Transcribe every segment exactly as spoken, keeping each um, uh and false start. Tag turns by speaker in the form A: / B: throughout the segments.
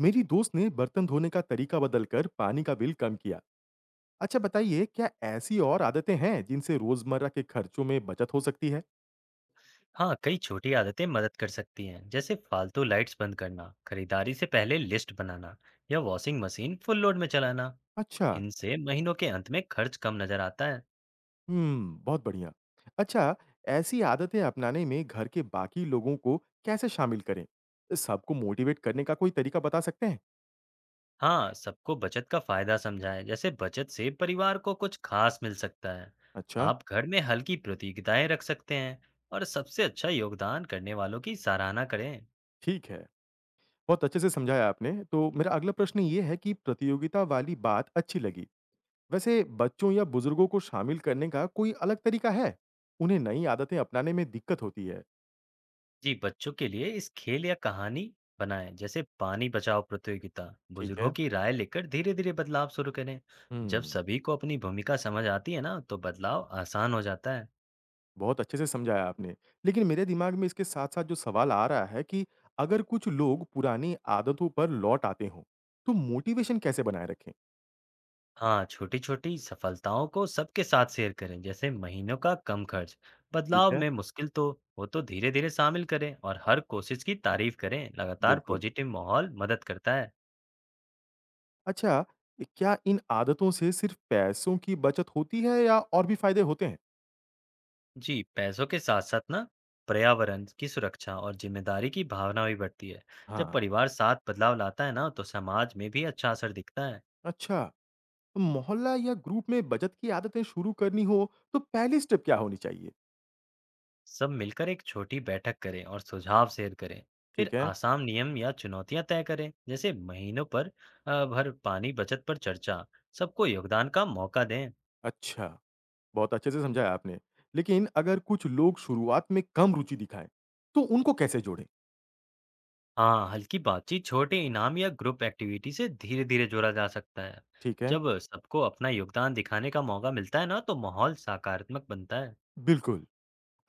A: मेरी दोस्त ने बर्तन धोने का तरीका बदलकर पानी का बिल कम किया। अच्छा बताइए, क्या ऐसी और आदतें हैं जिनसे रोजमर्रा के खर्चों में बचत हो सकती है?
B: हाँ, कई छोटी आदतें मदद कर सकती हैं। जैसे फालतू लाइट्स बंद करना, खरीदारी से पहले लिस्ट बनाना या वॉशिंग मशीन फुल लोड में चलाना।
A: अच्छा,
B: इनसे महीनों के अंत में खर्च कम नजर आता है।
A: हम्म, बहुत बढ़िया। अच्छा, ऐसी आदतें अपनाने में घर के बाकी लोगों को कैसे शामिल करें? सबको मोटिवेट करने का कोई तरीका बता सकते हैं?
B: हाँ, सबको बचत का फायदा समझाएं। जैसे बचत से परिवार को कुछ खास मिल सकता है।
A: अच्छा,
B: आप घर में हल्की प्रतियोगिताएं रख सकते हैं और सबसे अच्छा योगदान करने वालों की सराहना करें।
A: ठीक है। बहुत अच्छे से समझाया आपने। तो मेरा अगला प्रश्न ये है कि प्रतियोगिता वाली बात अच्छी लगी। वैसे बच्चों या बुजुर्गों को शामिल करने का कोई अलग तरीका है? उन्हें नई आदतें अपनाने में दिक्कत होती है।
B: जी, बच्चों के लिए इस खेल या कहानी बनाएं, जैसे पानी बचाओ प्रतियोगिता।
A: ठीक
B: बुजुर्गों
A: है।
B: की राय लेकर धीरे धीरे बदलाव शुरू करें। जब
A: हुँ,
B: सभी को अपनी भूमिका समझ आती है ना, तो बदलाव आसान हो जाता है।
A: बहुत अच्छे से समझाया आपने। लेकिन मेरे दिमाग में इसके साथ-साथ जो सवाल आ रहा है कि अगर कुछ लोग पुरानी आदतों पर लौट आते हों, तो मोटिवेशन कैसे बनाए रखें?
B: हाँ, छोटी छोटी सफलताओं को सबके साथ शेयर करें। जैसे महीनों का कम खर्च।
A: ठीक
B: बदलाव
A: है।
B: में मुश्किल तो हो, तो धीरे धीरे शामिल करें और हर कोशिश की तारीफ करें। लगातार
A: बिल्कुल।
B: पॉजिटिव माहौल मदद करता है।
A: अच्छा, ए, क्या इन आदतों से सिर्फ पैसों की बचत होती है या और भी फ़ायदे होते हैं?
B: जी, पैसों के साथ साथ ना, पर्यावरण की सुरक्षा और जिम्मेदारी की भावना भी बढ़ती है। जब
A: हाँ।
B: परिवार साथ बदलाव लाता है ना, तो समाज में भी अच्छा असर दिखता है।
A: अच्छा, तो मोहल्ला या ग्रुप में बचत की आदतें शुरू करनी हो, तो पहली स्टेप क्या होनी चाहिए?
B: सब मिलकर एक छोटी बैठक करें और सुझाव शेयर करें।
A: ठीक
B: फिर
A: है।
B: आसान नियम या चुनौतियां तय करें, जैसे महीनों पर अ, भर पानी बचत पर चर्चा। सबको योगदान का मौका दें।
A: अच्छा, बहुत अच्छे से समझाया आपने। लेकिन अगर कुछ लोग शुरुआत में कम रुचि दिखाएँ, तो उनको कैसे जोड़ें?
B: हाँ, हल्की बातचीत, छोटे इनाम या ग्रुप एक्टिविटी से धीरे-धीरे जोड़ा जा सकता है।
A: ठीक है,
B: जब सबको अपना योगदान दिखाने का मौका मिलता है ना, तो माहौल सकारात्मक बनता है।
A: बिल्कुल।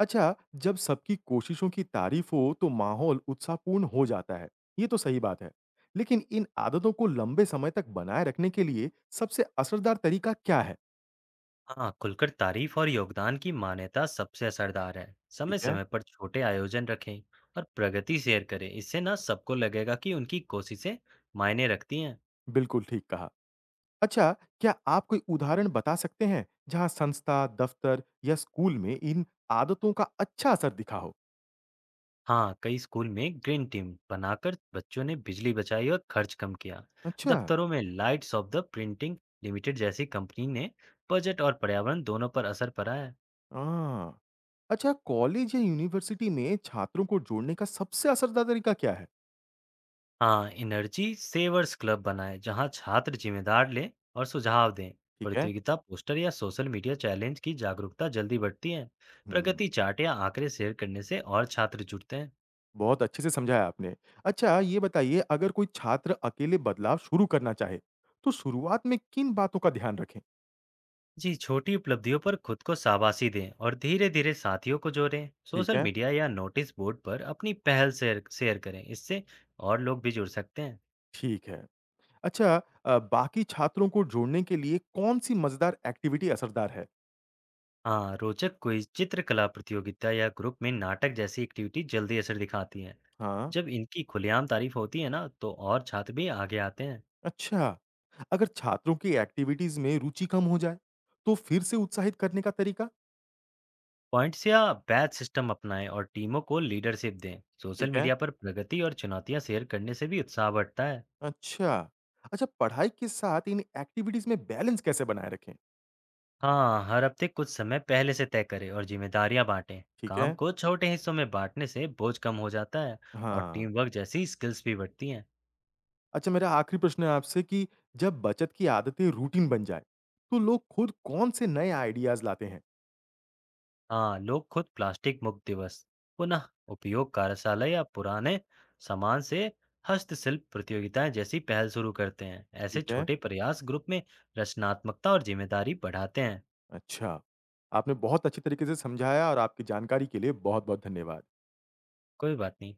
A: अच्छा, जब सबकी कोशिशों की तारीफ़ हो, तो माहौल उत्साहपूर्ण हो जाता है, ये तो सही बात है। लेकिन इन आदतों को लंबे समय तक बनाए रखने के लिए सबसे असरदार तरीका क्या है?
B: हाँ, खुलकर तारीफ और योगदान की मान्यता सबसे असरदार है।
A: ठीक है,
B: समय-समय पर छोटे आयोजन रखें और प्रगति शेयर करें। इससे ना सबको लगेगा कि उनकी कोशिशें मायने रखती हैं।
A: बिल्कुल ठीक कहा। अच्छा, क्या आप कोई उदाहरण बता सकते हैं, जहाँ संस्था, दफ़्तर या स्कूल में इन आदतों का अच्छा असर दिखा हो?
B: हाँ, कई स्कूल में ग्रीन टीम बनाकर बच्चों ने बिजली बचाई और खर्च कम किया।
A: अच्छा।
B: दफ्तरों में lights off the printing limited जैसी कंपनी ने बजट और पर्यावरण दोनों पर असर पड़ा है।
A: हाँ। अच्छा कॉलेज या यूनिवर्सिटी में छात्रों को जोड़ने का सबसे असरदार तरीका क्या है?
B: हाँ, एनर्जी सेवर्स क्लब बनाएं जहाँ छात्र जिम्मेदार लें और सुझाव दें।
A: ठीक है।
B: प्रतियोगिता, पोस्टर या सोशल मीडिया चैलेंज की जागरूकता जल्दी बढ़ती है।
A: हुँ,
B: प्रगति चार्ट या आंकड़े शेयर करने से और छात्र जुड़ते हैं।
A: बहुत अच्छे से समझाया आपने। अच्छा ये बताइए अगर कोई छात्र अकेले बदलाव शुरू करना चाहे, तो शुरुआत में किन बातों का ध्यान रखें?
B: जी, छोटी उपलब्धियों पर खुद को शाबाशी दें और धीरे धीरे साथियों को जोड़ें।
A: ठीक
B: सोशल
A: है,
B: मीडिया या नोटिस बोर्ड पर अपनी पहल शेयर शेयर करें। इससे और लोग भी जुड़ सकते हैं।
A: ठीक है। अच्छा अ, बाकी छात्रों को जोड़ने के लिए कौन-सी मज़ेदार एक्टिविटी असरदार है?
B: हाँ, रोचक क्विज, चित्रकला प्रतियोगिता या ग्रुप में नाटक जैसी एक्टिविटी जल्दी असर दिखाती हैं।
A: हाँ,
B: जब इनकी खुलेआम तारीफ होती है ना, तो और छात्र भी आगे आते हैं।
A: अच्छा। अगर छात्रों की एक्टिविटीज़ में रुचि कम हो जाए, तो फिर से उत्साहित करने का तरीका?
B: पॉइंट्स या बैच सिस्टम अपनाएं और टीमों को लीडरशिप दें। सोशल
A: ठीक है।
B: मीडिया पर प्रगति और चुनौतियां शेयर करने से भी उत्साह बढ़ता है।
A: अच्छा। अच्छा, पढ़ाई के साथ इन एक्टिविटीज़ में बैलेंस कैसे बनाए रखें?
B: हाँ, हर हफ्ते कुछ समय पहले से तय करें और जिम्मेदारियां बांटें।
A: ठीक
B: काम
A: है।
B: को छोटे हिस्सों में बांटने से बोझ कम हो जाता है और
A: हाँ।
B: टीम वर्क जैसी स्किल्स भी बढ़ती हैं।
A: अच्छा मेरा आखिरी प्रश्न है आपसे कि जब बचत की आदतें रूटीन बन जाएँ, तो लोग खुद कौन-से नए आइडियाज़ लाते हैं?
B: हाँ, लोग खुद प्लास्टिक मुक्त दिवस, पुनः उपयोग कार्यशाला या पुराने सामान से हस्तशिल्प प्रतियोगिताएं जैसी पहल शुरू करते हैं। ऐसे
A: ठीक है।
B: छोटे प्रयास ग्रुप में रचनात्मकता और जिम्मेदारी बढ़ाते हैं।
A: अच्छा। आपने बहुत अच्छे तरीके से समझाया और आपकी जानकारी के लिए बहुत-बहुत धन्यवाद।
B: कोई बात नहीं।